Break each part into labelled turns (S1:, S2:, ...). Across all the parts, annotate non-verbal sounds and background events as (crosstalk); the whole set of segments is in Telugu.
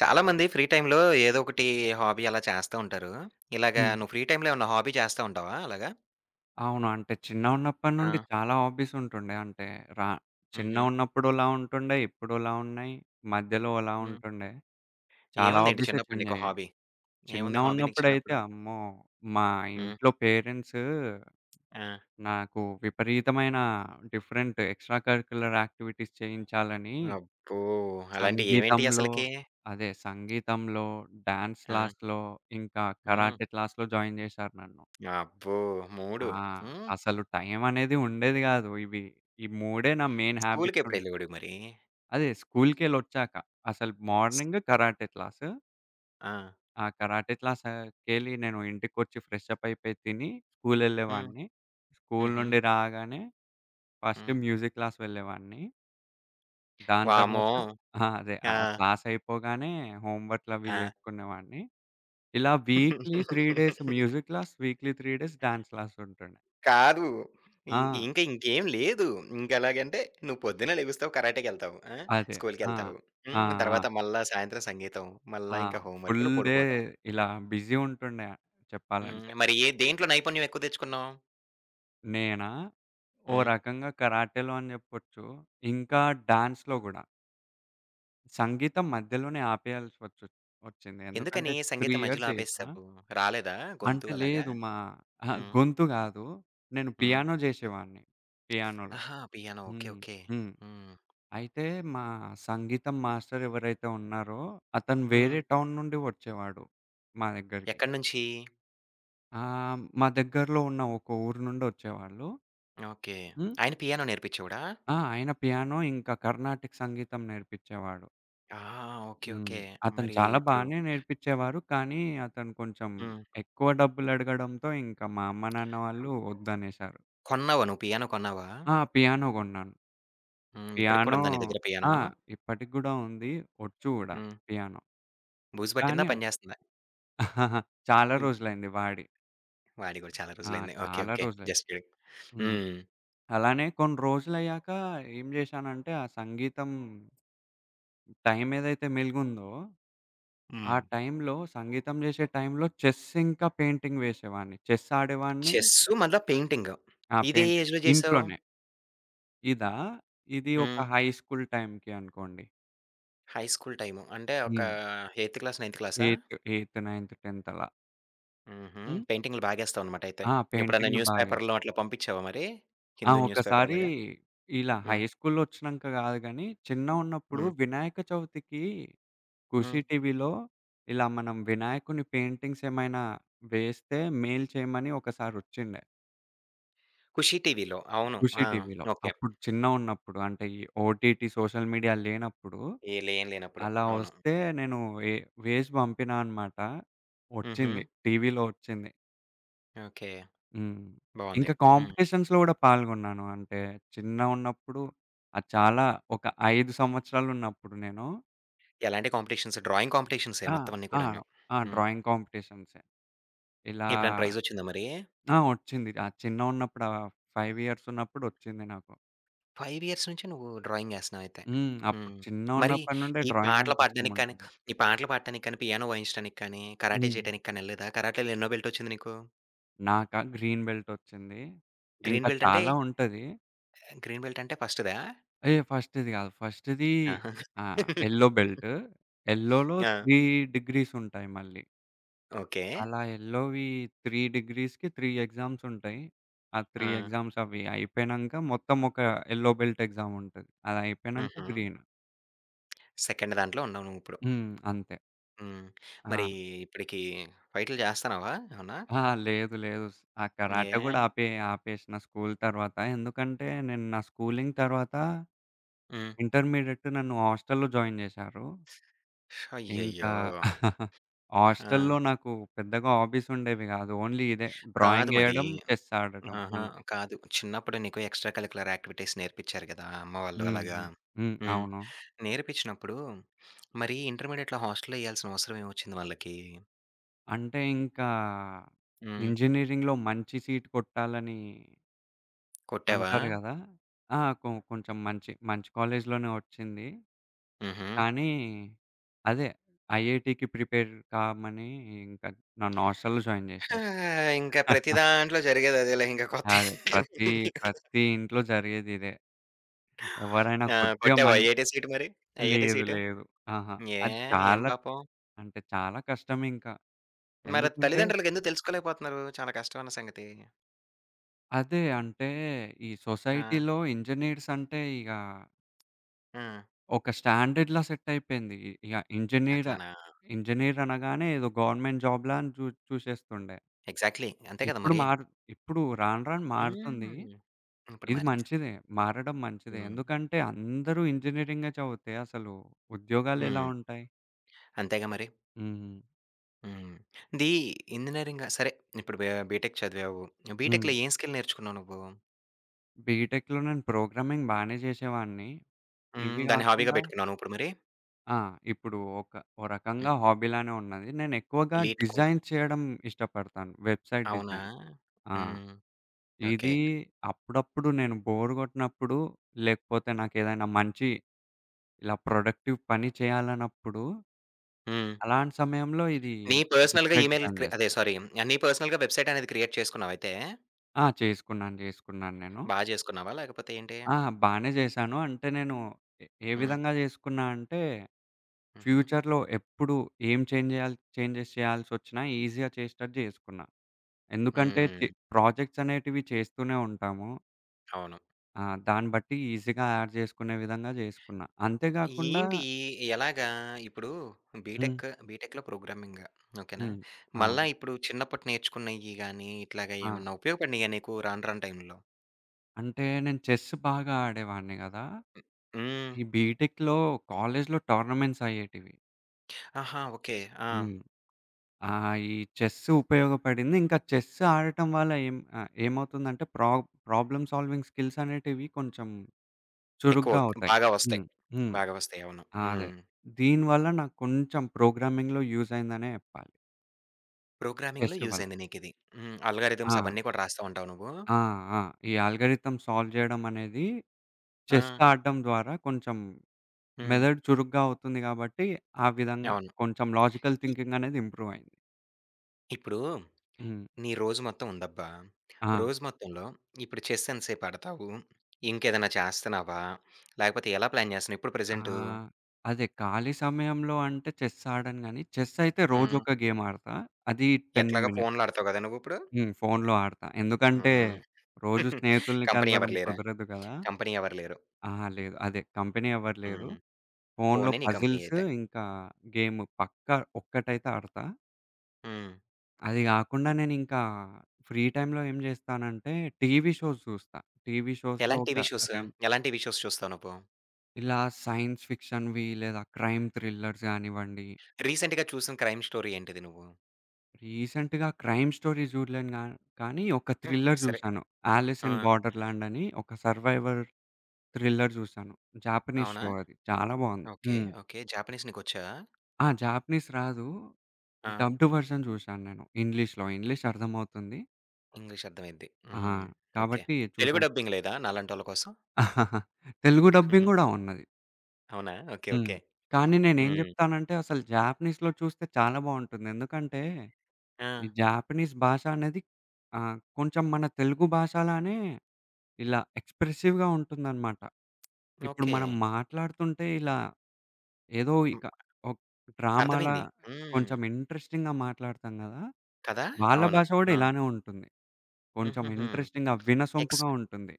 S1: చాలామంది ఫ్రీ టైమ్‌లో ఏదో ఒకటి హాబీ అలా చేస్తా ఉంటారు. ఇలాగా
S2: హ్మ్.
S1: నువ్వు ఫ్రీ టైమ్‌లో ఏమన్నా హాబీ చేస్తా ఉంటావా అలాగా?
S2: అవును. అంటే చిన్నగున్నప్పటి
S1: ఆ!
S2: నుండి చాలా హాబీస్ ఉంటుండే. అంటే రా
S1: హుహు.
S2: చిన్నగున్నప్పుడోలా ఉంటుండే, ఇప్పుడోలా ఉన్నాయి. మధ్యలో అలా
S1: హ్మ్.
S2: ఉంటుండే. చాలా
S1: ఏముందేంటి
S2: హాబీసే
S1: చిన్నప్పుడు
S2: చేంజ్
S1: నీకు
S2: అయ్యాయి.
S1: హాబీ? ఏముంది హాబీ నీకు
S2: చిన్నగున్నప్పుడైతే
S1: చిన్నప్పుడు?
S2: అమ్మో! మా
S1: హ్మ్.
S2: ఇంట్లో పేరెంట్స్
S1: ఆ!
S2: నాకు విపరీతమైన డిఫరెంట్ ఎక్స్‌ట్రా కరిక్యులర్ యాక్టివిటీస్ చేయించాలని
S1: అబ్బో! అలాంటియి ఏవేంటి
S2: సంగీతంలో
S1: అసలకి?
S2: సంగీతంలో, డాన్స్
S1: ఆ!
S2: క్లాస్‌లో, ఇంకా
S1: హ్మ్.
S2: కరాటే క్లాస్‌లో జాయిన్ చేశారు నన్ను.
S1: అబ్బో!
S2: ఆ!
S1: 3. హ్మ్.
S2: అసలు టైమనేది ఉండేది గాదు. ఈ మూడే నా మెయిన్ హ్యాబిట్స్ ఉండే.
S1: స్కూలుకెప్పుడెళ్ళేవాడివి మరి?
S2: అదే స్కూల్‌కెళ్ళొచ్చాక. అసలు
S1: స్
S2: మార్నింగ్ కరాటే క్లాసు.
S1: ఆ!
S2: ఆ కరాటే క్లాస్‌కెళ్ళి నేను ఇంటికొచ్చి ఫ్రెషప్ అయిపోయి తిని
S1: హ్మ్.
S2: స్కూలెళ్ళేవాడిని. స్కూలు
S1: హుహు.
S2: నుండి రాగానే ఫస్ట్
S1: హ్మ్.
S2: మ్యూజిక్ క్లాస్ వెళ్ళేవాడిని. దాని తర్వాత
S1: వామ్మో! ఆ!
S2: ఆ క్లాస్ అయిపోగానే హోంవర్క్‌లవి
S1: ఆ!
S2: చేసుకునేవాడిని. ఇలా weekly 3 days
S1: (laughs)
S2: music class, weekly 3 days dance class ఉంటుండే.
S1: కాదు.
S2: ఆ!
S1: ఇం ఇంక ఇంకేం లేదు. ఇంకెలాగంటే నువ్వు పొద్దున్నే లెగుస్తావు, కరాటేకెళ్తావు. ఆ!
S2: అదే. ఆ!
S1: స్కూలుకెళ్తావు.
S2: ఆ!
S1: హ్మ్.
S2: ఆ!
S1: తర్వాత మళ్ళా సాయంత్రం సంగీతం. మళ్ళా
S2: ఆ!
S1: ఇంకా హోమ్
S2: ఫుల్
S1: వర్కులు,
S2: డే
S1: పడుకోవటం.
S2: ఇలా బిజీ ఉంటుండే చెప్పాలంటే.
S1: హ్మ్. మరి ఏ దేంట్లో నైపుణ్యం ఎక్కువ తెచ్చుకున్నావు?
S2: నేనా? ఓ
S1: హ్మ్.
S2: రకంగా కరాటేలో అని జెప్పొచ్చు. ఇంకా డాన్స్‌లో గూడా. సంగీతం మధ్యలోనే ఆపేయాల్సి వచ్చింది. ఎందుకంటే
S1: ఎందుకని
S2: 3
S1: సంగీతం
S2: ఇయర్స్
S1: మధ్యలో
S2: చేశినా.
S1: ఆపేసావు? రాలేదా
S2: అంటే
S1: గొంతు అలాగా?
S2: లేదు మా అహా!
S1: హ్మ్.
S2: గొంతు గాదు. నేను
S1: హ్మ్.
S2: పియానో జేసేవాడిని. పియానోలో.
S1: ఆహా! పియానో. ఓకే.
S2: హ్మ్.
S1: ఓకే.
S2: హ్మ్.
S1: హ్మ్.
S2: అయితే మా సంగీతం మాస్టర్ ఎవరైతే ఉన్నారో అతను
S1: హ్మ్.
S2: వేరే టౌన్ నుండి వచ్చేవాడు మా దగ్గరికి.
S1: ఎక్కడి నుంచి?
S2: ఆ! మా దగ్గరలో ఉన్న ఒక ఊరు నుండొచ్చేవాళ్ళు.
S1: ఓకే.
S2: హ్మ్.
S1: ఆయన పియానో నేర్పించేవాడా?
S2: ఆ! ఆయన పియానో ఇంకా కర్ణాటిక్ సంగీతం నేర్పిచ్చేవాడు.
S1: ఆ! ఓకే.
S2: హ్మ్.
S1: ఓకే.
S2: అతను
S1: మరి
S2: చాలా ఆహా!
S1: ఇప్పుడు
S2: బానే నేర్పిచ్చేవారు. కానీ అతను కొంచెం
S1: హ్మ్.
S2: ఎక్కువ డబ్బులడగడంతో ఇంకా మా అమ్మ, నాన్న వాళ్ళు వద్దనేశారు.
S1: కొన్నావా, నువ్వు పియానో కొన్నావా?
S2: ఆ! పియానో గొన్నాను.
S1: హ్మ్. ఇప్పటికి కూడా
S2: పియానో
S1: ఉందా నీ దగ్గర
S2: ఆ!
S1: పియానో?
S2: ఇప్పటికి గూడా ఉంది. ఒచ్చు గూడా
S1: హ్మ్.
S2: పియానో.
S1: బూజు
S2: కానీ
S1: పట్టిందా? పని
S2: అది
S1: జేస్తందా?
S2: (laughs) చాలా
S1: హ్మ్.
S2: రోజులైంది వాడి.
S1: వాడి గూడా చాలా
S2: ఆ!
S1: రోజులైంది. ఓకే.
S2: చాలా
S1: ఓకే.
S2: రోజులయి
S1: just kidding.
S2: హ్మ్.
S1: హ్మ్.
S2: అలానే కొన్ని రోజులయ్యాక ఏం జేశానంటే ఆ సంగీతం టైం ఏదైతే మెలుగుందో, ఆ
S1: హ్మ్.
S2: టైంలో సంగీతం జేసే టైంలో చెస్ ఇంకా పెయింటింగ్ వేసేవాడిని. చెస్ ఆడేవాడిని.
S1: చెస్సు మళ్ళా పెయింటింగు.
S2: ఆ!
S1: ఇదే
S2: పెయింటింగ్
S1: ఏజ్‌లో జేసావు?
S2: ఇంట్లోనే. ఇదా? ఇది ఒక
S1: హ్మ్.
S2: హై స్కూల్ టైంకి అనుకోండి.
S1: High school time. అంటే ఒక
S2: హ్మ్.
S1: ఎయిత్ క్లాస్, నైన్త్ క్లాసా?
S2: 8థ్, 9థ్, 10థ్ అలా.
S1: హుహు.
S2: హ్మ్.
S1: పెయింటింగ్‌లు బాగేస్తావనమాట అయితే.
S2: ఆ!
S1: ఎప్పుడన్నా
S2: పెయింటింగ్‌లు
S1: న్యూస్
S2: బాగా ఏస్తా.
S1: పేపర్‌లో అట్లా పంపించావా మరి?
S2: ఆ!
S1: హిందూ న్యూస్ పేపర్
S2: ఒకసారి
S1: అలాగా?
S2: ఇలా హై
S1: హ్మ్.
S2: స్కూలొచ్చినంక గాదు గానీ, చిన్నగున్నప్పుడు
S1: హ్మ్.
S2: వినాయక చవితికి
S1: హ్మ్.
S2: ఖుషి టీవీలో ఇలా మనం వినాయకుని పెయింటింగ్స్ ఏమైనా వేస్తే మెయిల్ చేయమని ఒకసారొచ్చిండే.
S1: ఖుషి టీవీలో. అవును.
S2: ఖుషి
S1: ఆ!
S2: టీవీలో.
S1: ఓకే.
S2: అప్పుడు చిన్నగున్నప్పుడు అంటే ఈ ఓటీటీ, సోషల్ మీడియా లేనప్పుడు
S1: ఏ లేను లేనప్పుడు.
S2: అలా
S1: అవును.
S2: వస్తే నేను ఏ వేసి పంపినా అనమాట.
S1: హుహు.
S2: వచ్చింది. టీవీలో వచ్చింది.
S1: ఓకే.
S2: హ్మ్.
S1: బావుంది.
S2: ఇంకా
S1: హ్మ్.
S2: కాంపిటీషన్స్‌లో గూడా పాల్గొన్నాను. అంటే చిన్నగున్నప్పుడు అది చాలా ఒక 5 సంవత్సరాలున్నప్పుడు నేను
S1: ఎలాంటి కాంపిటీషన్స్? డ్రాయింగ్ కాంపిటీషన్సే
S2: ఆ!
S1: మొత్తం అన్నీ
S2: ఆ!
S1: కూడాను.
S2: ఆ!
S1: హ్మ్.
S2: డ్రాయింగ్ కాంపిటీషన్సే. ఇలా
S1: ఎప్పుడైనా ప్రైజొచ్చిందా మరి?
S2: ఆ! వచ్చింది. ఆ చిన్నగున్నప్పుడు ఆ 5 ఇయర్స్ ఉన్నప్పుడు వచ్చింది నాకు.
S1: 5 ఇయర్స్ నుంచి నువ్వు డ్రాయింగ్ ఏస్తన్నావు అయితే.
S2: హ్మ్. అప్పుడు
S1: హ్మ్. మరి
S2: చిన్నగున్నప్పటి నుండే
S1: ఈ
S2: డ్రాయింగ్
S1: పాటలు
S2: అంటే ఇష్టం
S1: పాడడానికి కానీ,
S2: ఉంటుంది.
S1: ఈ పాటలు పాడటానికి కానీ, పియానో వాయించడానికి కానీ, కరాటే
S2: హ్మ్.
S1: చేయటానికి కానీ ఎళ్ళలేదా? కరాటేలో ఎన్నో బెల్టొచ్చింది నీకు?
S2: నాకా గ్రీన్ బెల్ట్ ఒచ్చింది.
S1: గ్రీన్
S2: ఇంకా
S1: బెల్ట్ అంటే,
S2: చాలా ఉంటది.
S1: గ్రీన్ బెల్ట్ అంటే ఫస్ట్‌దా?
S2: ఏ ఫస్ట్ ఇది గాదు. ఫస్ట్‌ది
S1: ఆహా!
S2: ఆహ్, యెల్లో బెల్ట్. యెల్లోలో
S1: ఆ!
S2: 3 డిగ్రీస్ ఉంటాయి మళ్ళీ.
S1: ఓకే.
S2: అలా యెల్లోవి 3 డిగ్రీస్‌కి 3 ఎగ్జామ్స్ ఉంటాయి. ఆ 3
S1: ఆ!
S2: ఎగ్జామ్స్ అవి అయిపోయినంక మొత్తం ఒక యెల్లో బెల్ట్ ఎగ్జామ్ ఉంటది. అది అయిపోయినంక
S1: హుహు.
S2: గ్రీన్.
S1: సెకండ్ దాంట్లో ఉన్నావు నువ్విప్పుడు.
S2: హ్మ్. అంతే.
S1: హ్మ్. మరి
S2: ఆ!
S1: ఇప్పటికి ఫైటులు చేస్తన్నావా ఏమన్నా?
S2: ఆ! లేదు. లేదు. ఆ కరాటే గూడా
S1: ఏ?
S2: ఆపేసిన స్కూల్ తర్వాత. ఎందుకంటే నేను నా స్కూలింగ్ తర్వాత
S1: హ్మ్.
S2: ఇంటర్మీడియేట్ నన్ను హాస్టల్‌లో జాయిన్ జేశారు. ఇంకా
S1: అయ్యయ్యో! ఆ!
S2: హాస్టల్‌లో నాకు పెద్దగా హాబీస్ ఉండేవి గాదు. ఓన్లీ ఇదే
S1: కాదు
S2: డ్రాయింగ్
S1: మరి.
S2: ఎయడం, చెస్ ఆడటం
S1: ఆహా!
S2: అంతే.
S1: కాదు. చిన్నప్పుడు నీకు ఎక్స్‌ట్రా కరిక్యులర్ యాక్టివిటీస్ నేర్పించారు గదా! అమ్మ వాళ్ళు
S2: హ్మ్.
S1: అలాగా.
S2: హ్మ్. హ్మ్.
S1: హ్మ్.
S2: అవును.
S1: నేర్పించినప్పుడు మరి ఇంటర్మీడియేట్‌లో హాస్టల్‌లో ఎయ్యాల్సిన అవసరం ఏమొచ్చింది వాళ్ళకి?
S2: అంటే ఇంకా
S1: హ్మ్.
S2: ఇంజినీరింగ్‌లో మంచి సీట్ కొట్టాలని
S1: కొట్టావా?
S2: అంటారు గదా! ఆ! కొంచెం మంచి మంచి కాలేజ్‌లోనే వచ్చింది.
S1: హుహు.
S2: కానీ అదే ఐఐటీకి ప్రిపేర్ కామని ఇంకా నన్ను హాస్టల్‌లో జాయిన్
S1: (laughs) ఆ!
S2: జేశారు.
S1: ఇంకా ప్రతి దాంట్లో జరిగేది అదేలే ఇంక కొత్త.
S2: అదే. ప్రతి, ప్రతి ఇంట్లో జరిగేదిదే. ఎవరైనా
S1: ఆ!
S2: కొద్దిగా
S1: కొట్టావా? ఏటి సీటు మరి? ఏటి
S2: లేదు.
S1: సీటు?
S2: లేదు. ఆహా!
S1: ఏ
S2: అది
S1: ఏం
S2: చాలా
S1: పాపం?
S2: అంటే చాలా కష్టమింకా.
S1: మరి
S2: ఎందుకంటే
S1: తల్లిదండ్రులకు ఎందుకు తెలుసుకోలేకపోతున్నారు? చాలా కష్టమైన సంగతి.
S2: అదే. అంటే ఈ
S1: ఆ!
S2: సొసైటీలో ఇంజినీర్స్ అంటే ఇగ
S1: హ్మ్.
S2: ఒక స్టాండర్డ్‌లా సెట్ అయిపోయింది.
S1: అట్లానా?
S2: ఇంజినీర్ అనగానే ఏదో గవర్నమెంట్ జాబ్‌లా అని చూసేస్తుండే.
S1: ఎగ్జాక్ట్‌లీ. అంతే కదా
S2: ఇప్పుడు
S1: మరి.
S2: మారు ఇప్పుడు రాను రాను మారుతుంది.
S1: హ్మ్. ఇప్పుడు
S2: ఇది
S1: మారింది.
S2: మంచిదే. మారడం మంచిదే.
S1: హ్మ్.
S2: ఎందుకంటే అందరూ ఇంజినీరింగే చదివితే అసలు ఉద్యోగాలెలా
S1: హ్మ్.
S2: ఉంటాయి?
S1: అంతేగా మరి.
S2: హ్మ్.
S1: హ్మ్. ఇది ఇంజినీరింగా? సరే, ఇప్పుడు బీటెక్ చదివావు.
S2: హ్మ్.
S1: బీటెక్‌లో ఏం స్కిల్ నేర్చుకున్నావు నువ్వు?
S2: బీటెక్‌లో నేను ప్రోగ్రామింగ్ బానే చేసేవాడిని.
S1: హ్మ్.
S2: ఇవి
S1: దాన్ని హాబీగా
S2: గాకుండా
S1: పెట్టుకున్నావా నువ్వు ఇప్పుడు మరి?
S2: ఆ! ఇప్పుడు ఒక ఓ
S1: హ్మ్.
S2: రకంగా హాబీలానే ఉన్నది. నేనెక్కువగా
S1: లీట్ కోడ్.
S2: డిజైన్ చేయడం ఇష్టపడతాను. వెబ్‌సైట్
S1: అవునా?
S2: డిజైన్. ఆ!
S1: హ్మ్.
S2: ఇది
S1: ఓకే.
S2: అప్పుడప్పుడు నేను బోర్ గొట్టినప్పుడు, లేకపోతే నాకేదైనా మంచి ఇలా ప్రొడక్టివ్ పని చేయాలన్నప్పుడు,
S1: హ్మ్.
S2: అలాంటి సమయంలో ఇది
S1: నీ పర్సనల్‌గా
S2: వెబ్‌సైట్
S1: ఈమెయిల్
S2: డిజైన్
S1: క్రి,
S2: చేస్తా.
S1: అదే సారీ, నీ పర్సనల్‌గా వెబ్‌సైట్ అనేది క్రియేట్ చేసుకున్నావయితే?
S2: ఆ! చేసుకున్నాను నేను.
S1: బా చేసుకున్నావా? లేకపోతే ఏంటి?
S2: ఆ! బానే చేశాను. అంటే నేను ఏ
S1: హ్మ్.
S2: విధంగా చేసుకున్నా అంటే,
S1: హుహు.
S2: ఫ్యూచర్‌లో ఎప్పుడు ఏం చేంజ్ చేయాలి చేంజెస్ చేయాల్సొచ్చినా ఈజీగా చేసేటట్టు చేసుకున్నా. ఎందుకంటే
S1: హ్మ్.
S2: ప్రాజెక్ట్స్ అనేటివి చేస్తూనే ఉంటాము.
S1: అవును.
S2: ఆ! దాన్ని బట్టి ఈజీగా యాడ్ చేసుకునే విధంగా చేసుకున్నా. అంతేగాకుండా
S1: ఏంటి? ఎలాగా ఇప్పుడు
S2: హ్మ్.
S1: బీటెక్, బీటెక్‌లో ప్రోగ్రామింగ్ ఓకేనా?
S2: హ్మ్. అవును.
S1: మళ్ళా ఇప్పుడు చిన్నప్పటి నేర్చుకున్నయి గాని, ఇట్లాగా
S2: ఆ!
S1: ఏమన్నా ఉపయోగపడినయా నీకు రాను రాను టైంలో?
S2: అంటే నేను చెస్ బాగా ఆడేవాడిని గదా!
S1: హ్మ్.
S2: ఈ బీటెక్‌లో, కాలేజ్‌లో టోర్నమెంట్స్ అయ్యేటివి.
S1: ఆహా! ఓకే. ఆ!
S2: హ్మ్. ఆ! ఈ చెస్ ఉపయోగపడింది. ఇంకా చెస్ ఆడటం వల్ల ఏం ఆహ్, ఏమవుతుందంటే ప్రాబ్లమ్ సాల్వింగ్ స్కిల్స్ అనేటివి కొంచెం
S1: ఎక్కువ
S2: చురుగ్గా
S1: అవుత్
S2: అవుతాయి.
S1: బాగా వస్తాయి.
S2: హ్మ్. హ్మ్.
S1: బాగా వస్తాయి. అవును.
S2: ఆ! అదే.
S1: హ్మ్.
S2: దీనివల్ల నాకు కొంచెం ప్రోగ్రామింగ్‌లో యూజ్ అయిందనే చెప్పాలి.
S1: ప్రోగ్రామింగ్‌లో
S2: చెస్
S1: యూజ్
S2: వల్ల.
S1: అయింది నీకిది. హ్మ్.
S2: ఆ!
S1: అల్గారిథమ్స్ అవన్నీ కూడా రాస్తా ఉంటావా నువ్వు?
S2: ఆ! ఆ! ఈ ఆల్గోరిథం సాల్వ్ చేయడం అనేది
S1: ఆ!
S2: చెస్ ఆడడం ద్వారా కొంచెం
S1: హ్మ్.
S2: మెదడు చురుగ్గా అవుతుంది కాబట్టి, ఆ విధంగా
S1: అవును.
S2: కొంచెం లాజికల్
S1: ఇ
S2: థింకింగ్ అనేది ఇంప్రూవ్ అయింది.
S1: ఇప్పుడు
S2: హ్మ్.
S1: నీ రోజు మొత్తం ఉందబ్బా.
S2: ఆ!
S1: రోజు మొత్తంలో ఇప్పుడు చెస్ ఎంతసేపు ఆడతావు? ఇంకేదైనా చేస్తన్నావా? లేకపోతే ఎలా ప్లాన్ చేస్తున్నావు ఇప్పుడు
S2: ఆ!
S1: ప్రెజెంటు?
S2: అదే ఖాళీ సమయంలో అంటే చెస్ ఆడను గానీ, చెస్ అయితే
S1: హ్మ్.
S2: రోజొక గేమ్ ఆడతా. అది 10
S1: ఎట్లాగా
S2: మినిట్స్.
S1: ఫోన్‌లో ఆడతావు గదా నువ్విప్పుడు?
S2: హ్మ్. ఫోన్‌లో ఆడతా. ఎందుకంటే,
S1: హుహు.
S2: రోజు స్నేహితుల్ని
S1: కంపెనీ
S2: కలవడం
S1: ఎవరు లేరా?
S2: కుదరదు కదా!
S1: కంపెనీ ఎవరు లేరు.
S2: అహా! లేదు. అదే కంపెనీ ఎవరు లేరు.
S1: హ్మ్.
S2: ఫోన్‌లో
S1: ఫోనే నీ కంపెనీ
S2: పజిల్స్
S1: అయితే.
S2: ఇంకా గేమ్ పక్కా ఒక్కటైతే ఆడతా.
S1: హ్మ్.
S2: అది కాకుండా నేనింకా ఫ్రీ టైమ్‌లో ఏం చేస్తానంటే, టీవీ షోస్ చూస్తా. టీవీ షోస్‌లో
S1: ఎలాంటి
S2: ఒక
S1: టీవీ షోస్?
S2: రెం
S1: ఎలాంటి టీవీ షోస్ చూస్తావు నువ్వు?
S2: ఇలా సైన్స్ ఫిక్షన్‌వి లేదా క్రైమ్ థ్రిల్లర్స్ గానివ్వండి.
S1: రీసెంట్‌గా చూసిన క్రైమ్ స్టోరీ ఏంటిది నువ్వు?
S2: రీసెంట్‌గా క్రైమ్ స్టోరీ జూడలేను గా, కానీ ఒక
S1: హ్మ్.
S2: థ్రిల్లర్
S1: సరే.
S2: జూశాను. 'ఆలిస్
S1: ఆ!
S2: ఇన్ బోర్డర్‌లాండ్' అని ఒక సర్వైవర్ థ్రిల్లర్ జూశాను. జాపనీస్
S1: అవునా?
S2: షో అది. చాలా బావుంది.
S1: ఓకే.
S2: హ్మ్.
S1: ఓకే. జాపనీస్ నీకొచ్చా?
S2: ఆ! జాపనీస్ రాదు.
S1: ఆ!
S2: డబ్డ్ వర్షన్ జూశాను నేను ఇంగ్లీష్‌లో. ఇంగ్లీష్ అర్థమవుతుంది.
S1: ఇంగ్లీష్ అర్థమైద్ది.
S2: ఆ!
S1: హ్మ్. ఓకే.
S2: కాబట్టి
S1: తెలుగు
S2: చూశాను.
S1: డబ్బింగ్ లేదా నాలాంటోళ్ళ కోసం?
S2: (laughs) తెలుగు డబ్బింగ్
S1: హుహు.
S2: గూడా ఉన్నది.
S1: అవునా? ఓకే.
S2: హ్మ్.
S1: ఓకే.
S2: కానీ నేనేం
S1: హ్మ్.
S2: జెప్తానంటే, అసలు జాపనీస్‌లో చూస్తే చాలా బావుంటుంది. ఎందుకంటే,
S1: ఆ!
S2: ఈ జాపనీస్ భాష అనేది ఆహ్, కొంచెం మన తెలుగు భాషలానే ఇలా ఎక్స్‌ప్రెసివ్‌గా ఉంటుందనమాట. ఇప్పుడు
S1: ఓకే.
S2: మనం మాట్లాడుతుంటే ఇలా ఏదో
S1: హ్మ్.
S2: ఇక ఒక డ్రామాలా
S1: అర్థమైంది. హ్మ్.
S2: కొంచెం ఇంట్రెస్టింగ్‌గా మాట్లాడతాం గదా!
S1: కదా!
S2: వాళ్ళ
S1: అవును.
S2: భాష గూడా
S1: ఆ!
S2: ఇలానే ఉంటుంది. కొంచెం
S1: హుహుహు.
S2: ఇంట్రెస్టింగ్‌గా వినసొంపుగా
S1: నెక్స్ట్.
S2: ఉంటుంది.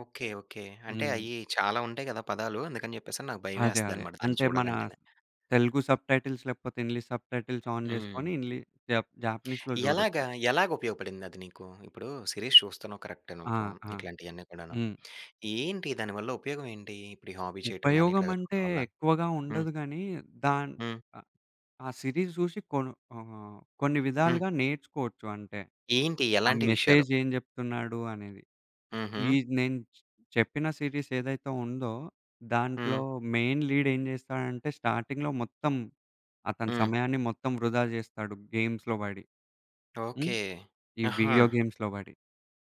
S1: ఓకే. ఓకే. అంటే
S2: హ్మ్.
S1: అయి చాలా ఉంటాయి గదా! పదాలు. అందుకని జెప్పేసని నాకు
S2: అదే.
S1: భయమేస్తదనమాట దాన్ని
S2: అంటే మన
S1: చూడాలంటేనే.
S2: తెలుగు సబ్‌టైటిల్స్ లేకపోతే ఇంగ్లీష్ సబ్‌టైటిల్స్ ఆన్ జేసుకొని
S1: హ్మ్.
S2: ఇంగ్లీ జప్ జాపనీస్‌లో జూడొచ్చు.
S1: ఎలాగా, ఎలాగ ఉపయోగపడింది అది నీకు? ఇప్పుడు సిరీస్ చూస్తున్నావు కరెక్టే
S2: ఆ!
S1: నువ్వు.
S2: ఆ!
S1: ఇట్లాంటియన్నీ కూడాను.
S2: హ్మ్.
S1: ఏంటి దానివల్ల ఉపయోగం ఏంటి? ఇప్పుడు ఈ హాబీ చేయటం గాని
S2: ఉపయోగం
S1: ఇట్లాగా
S2: అంటే
S1: చూడటం వల్ల?
S2: ఎక్కువగా
S1: హ్మ్.
S2: ఉండదు గానీ దాన్
S1: హ్మ్.
S2: ఆ! ఆ సిరీస్ జూసి ఆహ్, కొన్ని
S1: హ్మ్.
S2: విధాలుగా నేర్చుకోవచ్చు అంటే,
S1: ఏంటి?
S2: ఆ
S1: ఎలాంటి విషయాలు?
S2: మెసేజ్ ఏం జెప్తున్నాడు అనేది.
S1: హుహు.
S2: ఈ నేను చెప్పిన సిరీస్ ఏదైతే ఉందో,
S1: హ్మ్.
S2: దాంట్లో మెయిన్ లీడ్ ఏం జేస్తాడంటే స్టార్టింగ్‌లో మొత్తం అతని
S1: హ్మ్.
S2: సమయాన్ని మొత్తం వృధా జేస్తాడు గేమ్స్‌లో బడి. హ్మ్.
S1: ఓకే.
S2: ఈ
S1: ఆహా!
S2: వీడియో గేమ్స్‌లో బడి.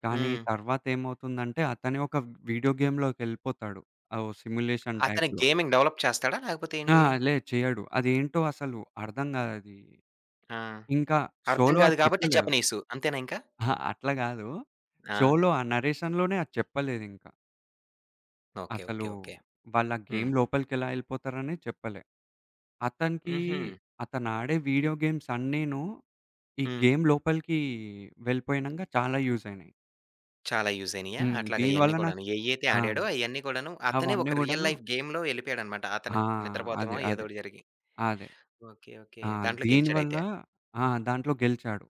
S2: కానీ
S1: హ్మ్.
S2: తర్వాత ఏమవుతుందంటే అతనే ఒక వీడియో గేమ్‌లోకెళ్ళిపోతాడు. ఆ! ఓ సిమ్యులేషన్
S1: అతను
S2: టైప్‌లో.
S1: గేమింగ్ డెవలప్ చేస్తాడా? లేకపోతే
S2: ఆ!
S1: ఏంటి?
S2: చేయడు. అదేంటో అసలు అర్థం గాదది.
S1: ఆ!
S2: ఇంకా
S1: అర్థం
S2: షోలో
S1: కాదు
S2: అది
S1: కాబట్టి
S2: చెప్పలేదు.
S1: జపనీసు. అంతేనా ఇంకా?
S2: అహా! అట్లా గాదు.
S1: ఆ!
S2: షోలో ఆ నరేషన్‌లోనే అది చెప్పలేదింకా.
S1: ఓకే.
S2: అసలు
S1: ఓకే. ఓకే.
S2: వాళ్ళ
S1: హ్మ్.
S2: గేమ్ లోపలికెలా ఎళ్ళిపోతారనే చెప్పలే. అతనికి
S1: హుహు.
S2: అతనాడే వీడియో గేమ్స్ అన్నీను ఈ
S1: హ్మ్.
S2: గేమ్ లోపలికి వెళ్ళిపోయినంక చాలా యూజ్ అయినాయి.
S1: చాలా యూజ్ అయినయా?
S2: హ్మ్.
S1: అట్లాగా
S2: దీనివల్ల
S1: ఇయన్నీ
S2: నాకు
S1: కూడాను. ఏయైతే
S2: ఆ!
S1: ఆడాడో అయన్నీ కూడాను, అతనే
S2: అవన్నీ
S1: ఒక రియల్
S2: గూడాను
S1: లైఫ్ గేమ్‌లో ఎళ్ళిపోయాడనమాట. అతను
S2: ఆ! అదే.
S1: నిద్రపోతామో ఏదో
S2: అదే.
S1: ఒకటి జరిగి.
S2: అదే.
S1: ఓకే. ఓకే.
S2: ఆ!
S1: దాంట్లో
S2: దీనివల్ల
S1: గెలిచాడైతే.
S2: ఆ! దాంట్లో గెలిచాడు.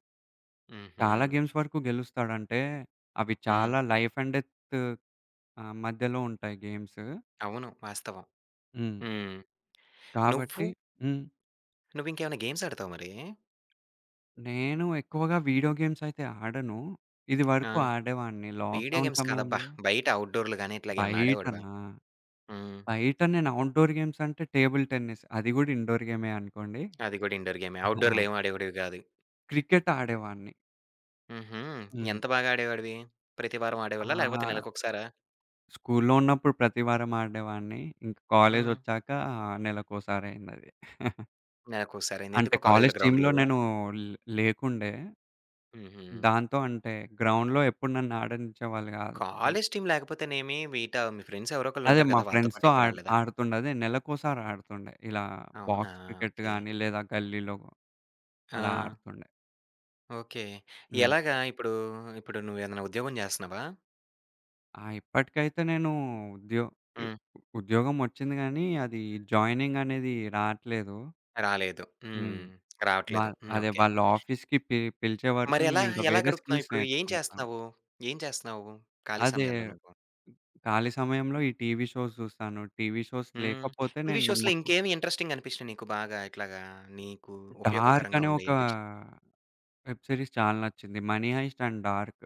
S1: హుహు.
S2: చాలా గేమ్స్ వరకు గెలుస్తాడంటే, అవి
S1: హ్మ్.
S2: చాలా లైఫ్ అండ్ డెత్ ఆహ్, మధ్యలో ఉంటాయి గేమ్స్.
S1: అవును. వాస్తవం.
S2: హ్మ్.
S1: హ్మ్. నువ్వు
S2: కాబట్టి హ్మ్.
S1: నువ్వింకేమైనా గేమ్స్ ఆడతావా మరి?
S2: నేను ఎక్కువగా వీడియో గేమ్స్ అయితే ఆడను.
S1: ఆ!
S2: ఇదివరకు ఆడేవాడిని
S1: వీడియో
S2: లాక్‌డౌన్
S1: గేమ్స్ కాదబ్బా!
S2: సమయంలో.
S1: బయట ఔట్‌డోర్‌లు గాని ఇట్లాగేమన్నా ఆడేవాడివా?
S2: బయటనా?
S1: హ్మ్.
S2: బయట నేను ఔట్‌డోర్ గేమ్స్ అంటే టేబుల్ టెన్నిస్. అది గూడా ఇండోర్ గేమే అనుకోండి.
S1: అది కూడా ఇండోర్ గేమే.
S2: ఆ!
S1: ఔట్‌డోర్‌లో ఏమి ఆడేవాడివి కాదు.
S2: క్రికెట్ ఆడేవాడిని.
S1: హుహు.
S2: హ్మ్.
S1: ఎంత బాగా ఆడేవాడివి? ప్రతి వారం ఆడేవాళ్ళా? లేకపోతే
S2: ఆహ్,
S1: నెలకొకసారా?
S2: స్కూల్లో ఉన్నప్పుడు ప్రతి వారం ఆడేవాడిని. ఇంక
S1: హ్మ్.
S2: కాలేజొచ్చాక నెలకోసారి అయిందది. (laughs)
S1: నెలకొకసారైంది.
S2: అంటే
S1: ఎందుకు?
S2: కాలేజ్
S1: కాలేజీలో గ్రౌండ్
S2: టీమ్‌లో
S1: లేవా?
S2: నేను లేకుండే.
S1: హుహు.
S2: దాంతో అంటే గ్రౌండ్‌లో ఎప్పుడు నన్ను ఆడనిచ్చేవాళ్ళు గాదు.
S1: కాలేజ్ టీమ్ లేకపోతేనేమి వీటా, మీ ఫ్రెండ్స్ ఎవరో ఒకళ్ళు
S2: అదే
S1: ఉంటారు
S2: మా
S1: కదా! వాళ్ళతో
S2: ఫ్రెండ్స్‌తో
S1: పాటు ఎప్పుడు ఆడలేదా?
S2: ఆడుతుండే. అదే నెలకోసారి ఆడుతుండే. ఇలా
S1: అవునా!
S2: Box cricket
S1: okay.
S2: గాని, లేదా గల్లీలో
S1: ఆ!
S2: అలా ఆడుతుండే.
S1: ఓకే.
S2: హ్మ్.
S1: ఎలాగా ఇప్పుడు, ఇప్పుడు నువ్వేదన్నా ఉద్యోగం చేస్తున్నావా?
S2: ఆ! ఇప్పటికైతే నేను ఉద్యో యు
S1: హ్మ్.
S2: ఉద్యోగం వచ్చింది గానీ, అది జాయినింగ్ అనేది రాట్లేదు.
S1: రాలేదు.
S2: హ్మ్.
S1: హ్మ్.
S2: వా
S1: రావట్లేదు. హ్మ్.
S2: అదే
S1: ఓకే.
S2: వాళ్ళ ఆఫీస్‌కి పిలిచే వరకు
S1: మరి ఎలా,
S2: నేనింక
S1: ఎలా
S2: వేరే
S1: గడుపుతున్నావు
S2: స్కిల్స్
S1: ఇప్పుడు? ఏం
S2: నేర్చుకుంటాను.
S1: చేస్తున్నావు? ఏం చేస్తున్నావు ఖాళీ
S2: అదే
S1: సమయాల్లో నువ్వు?
S2: ఖాళీ సమయంలో ఈ టీవీ షోస్ చూస్తాను. టీవీ షోస్
S1: హ్మ్.
S2: లేకపోతే
S1: టీవీ
S2: నేను
S1: షోస్‌లో
S2: ముఖ్య
S1: ఇంకేమి ఇంట్రెస్టింగ్ అనిపించినయి నీకు? బాగా ఇట్లాగా నీకు
S2: 'డార్క్'
S1: ఉపయోగకరంగా
S2: అనే ఒక
S1: ఉండేయి అనిపించినయి?
S2: వెబ్ సీరీస్ చాలా నచ్చింది. 'Money heist and dark.'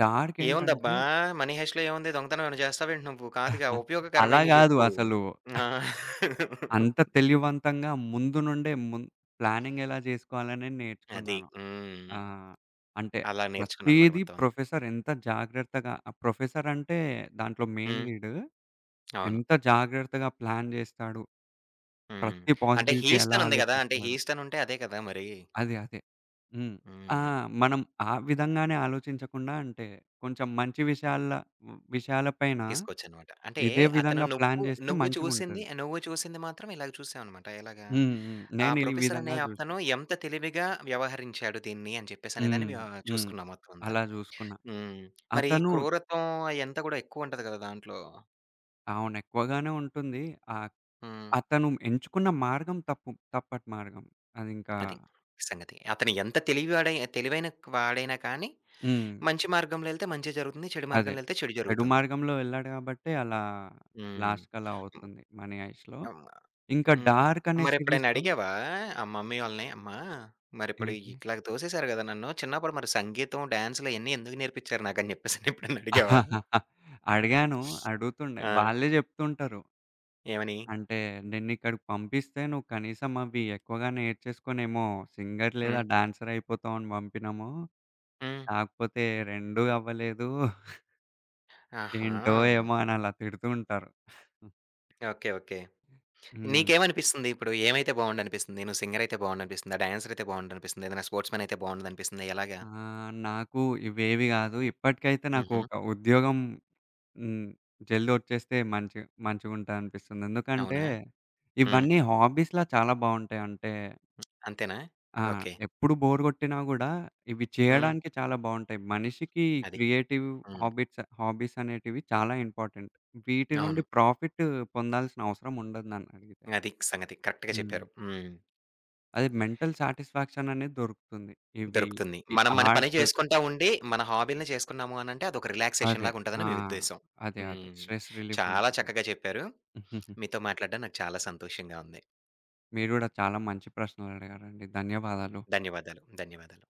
S2: Dark
S1: ఏముందబ్బా!
S2: ఏంటంటే
S1: 'మనీ హెయిస్ట్‌లో' ఏముంది? దొంగతనం ఏమైనా చేస్తావేంటి నువ్వు? కాదుగా,
S2: (laughs) అలా
S1: ఉపయోగకరమైనయి
S2: గాదు
S1: చెప్పు.
S2: అసలు.
S1: ఆ!
S2: అంత తెలివివంతంగా ముందు నుండే ప్లానింగ్ ఎలా జేసుకోవాలనే
S1: అది.
S2: నేర్చుకున్నాను.
S1: హ్మ్.
S2: ఆ! అంటే
S1: అలా నేర్చుకున్నానన్నమాట
S2: ప్రతీది
S1: మొత్తం అంతా.
S2: ప్రొఫెసర్ ఎంత జాగ్రత్తగా ఆ ప్రొఫెసర్ అంటే దాంట్లో మెయిన్
S1: హ్మ్.
S2: లీడ్.
S1: అవును.
S2: ఎంత జాగ్రత్తగా ప్లాన్ జేస్తాడు.
S1: హ్మ్.
S2: ప్రతి
S1: అంటే
S2: పాసిబిలిటీ ఎలా
S1: 'హీస్టన్' ఉంది గదా! అంటే
S2: ఆలోచిస్తాడు.
S1: 'హీస్టన్' ఉంటే అదే కదా మరి.
S2: అదే. హ్మ్. ఆ!
S1: హ్మ్.
S2: మనం ఆ విధంగానే ఆలోచించకుండా అంటే కొంచెం మంచి విషయాల విషయాల పైన
S1: తీసుకొచ్చనమాట. అంటే
S2: ఇదే
S1: అతను,
S2: విధంగా ప్లాన్
S1: నువ్వు
S2: చేస్తే
S1: నువ్వు చూసింది
S2: మంచిగుంటది.
S1: నువ్వు చూసింది మాత్రం ఇలాగ చూసావనమాట. ఎలాగా?
S2: హ్మ్. హ్మ్.
S1: ఆ
S2: నేను ఈ
S1: ప్రొఫెసర్ అనే
S2: విధంగా జూషిన.
S1: అతను ఎంత తెలివిగా వ్యవహరించాడు దీన్ని అని చెప్పేసనే దాన్ని
S2: హ్మ్.
S1: వ్య
S2: హ్మ్.
S1: చూసుకున్నాం మొత్తం అంతా.
S2: అలా జూసుకున్నా.
S1: హ్మ్. మరి
S2: అతను
S1: క్రూరత్వం అయంతా గూడా ఎక్కువుంటది గదా దాంట్లో.
S2: అవును. ఎక్కువగానే ఉంటుంది. ఆహ్,
S1: హ్మ్.
S2: అతను ఎంచుకున్న మార్గం తప్పటి మార్గం. అదింకా
S1: అది సంగతి. అతను ఎంత తెలివివాడై, తెలివైన వాడైనా కానీ
S2: హ్మ్.
S1: మంచి మార్గంలో ఎళ్తే మంచే జరుగుతుంది. చెడు
S2: అదే.
S1: మార్గంలో ఎళ్తే చెడు
S2: చెడు
S1: జరుగుతుంది.
S2: మార్గంలో వెళ్ళాడు గాబట్టే అలా
S1: హ్మ్.
S2: లాస్ట్‌కలా అవుతుంది 'మనీ హైస్ట్‌లో'.
S1: హ్మ్.
S2: ఇంకా
S1: హ్మ్.
S2: 'డార్క్' అనే
S1: మరెప్పుడైనా
S2: సిరీస్‌లో
S1: అడిగావా? ఆ మమ్మీ వాళ్ళని, అమ్మా మరిప్పుడు
S2: ఏంటి?
S1: ఇట్లాగ తోసేసారు గదా నన్ను. చిన్నప్పుడు మరి సంగీతం, డాన్స్‌లు ఇయన్నీ ఎందుకు నేర్పిచ్చారు నాకని జెప్పేసని ఎప్పుడైనా అడిగావా?
S2: (laughs) అడిగాను. అడుగుతుండే.
S1: ఆ!
S2: వాళ్ళే జెప్తుంటారు.
S1: ఏమని?
S2: అంటే నిన్నిక్కడికి పంపిస్తే నువ్వు కనీసం అవి ఎక్కువగా నేర్చేసుకొనేమో సింగర్ లేదా
S1: హ్మ్.
S2: డాన్సర్ అయిపోతావు అని పంపినాము.
S1: హ్మ్.
S2: కాకపోతే రెండూ అవ్వలేదు.
S1: ఆహా!
S2: ఏంటో ఏమో అని అలా తిడుతూ ఉంటారు.
S1: ఓకే. ఓకే.
S2: హ్మ్.
S1: నీకేమనిపిస్తుంది ఇప్పుడు? ఏమైతే బావుండనిపిస్తుంది? నువ్వు సింగర్ అయితే బావుండనిపిస్తుందా? డాన్సర్ అయితే బావుండనిపిస్తుందా? ఏదైనా స్పోర్ట్స్‌మెన్ అయితే బావుండదనిపిస్తుందా? ఎలాగా?
S2: ఆహ్, నాకు ఇవేవి కాదు. ఇప్పటికైతే నాకు
S1: హుహు.
S2: ఒక ఉద్యోగం హ్మ్. జల్ది వచ్చేస్తే మంచిగుంటదనిపిస్తుంది. ఎందుకంటే
S1: అవునా? హ్మ్.
S2: ఇవన్నీ హాబీస్‌లా చాలా బావుంటాయి. అంటే
S1: అంతేనా?
S2: ఆ!
S1: ఓకే.
S2: ఎప్పుడు బోర్ గొట్టినా గూడా ఇవి
S1: హ్మ్.
S2: చేయడానికి చాలా బావుంటాయి. మనిషికి
S1: అది.
S2: క్రియేటివ్
S1: హ్మ్.
S2: హాబీస్ అనేటివి చాలా ఇంపార్టెంట్. వీటి
S1: అవును.
S2: నుండి ప్రాఫిట్ పొందాల్సిన అవసరం ఉండదు నన్నడిగితే.
S1: అది సంగతి. కరెక్ట్‌గా
S2: హ్మ్.
S1: చెప్పారు. హ్మ్.
S2: అది మెంటల్ సాటిస్ఫాక్షన్ అనేది దొరుకుతుంది. ఇవి
S1: దొరుకుతుంది.
S2: ఈ
S1: మనం మన పని
S2: ఆర్ట్
S1: చేసుకుంటా ఉండి, మన హాబీలని చేసుకున్నాము అనంటే అదొక రిలాక్సేషన్
S2: అదే.
S1: లాగా
S2: ఆ!
S1: ఉంటదని మీ ఉద్దేశం.
S2: అదే. అదే.
S1: హ్మ్.
S2: స్ట్రెస్ రిలీఫ్
S1: చాలా
S2: ఉంటుంది.
S1: చక్కగా చెప్పారు.
S2: (laughs)
S1: మీతో మాట్లాడడం నాకు చాలా సంతోషంగా ఉంది.
S2: మీరు గూడా చాలా మంచి ప్రశ్నలడిగారండి. ధన్యవాదాలు.
S1: ధన్యవాదాలు. ధన్యవాదాలు.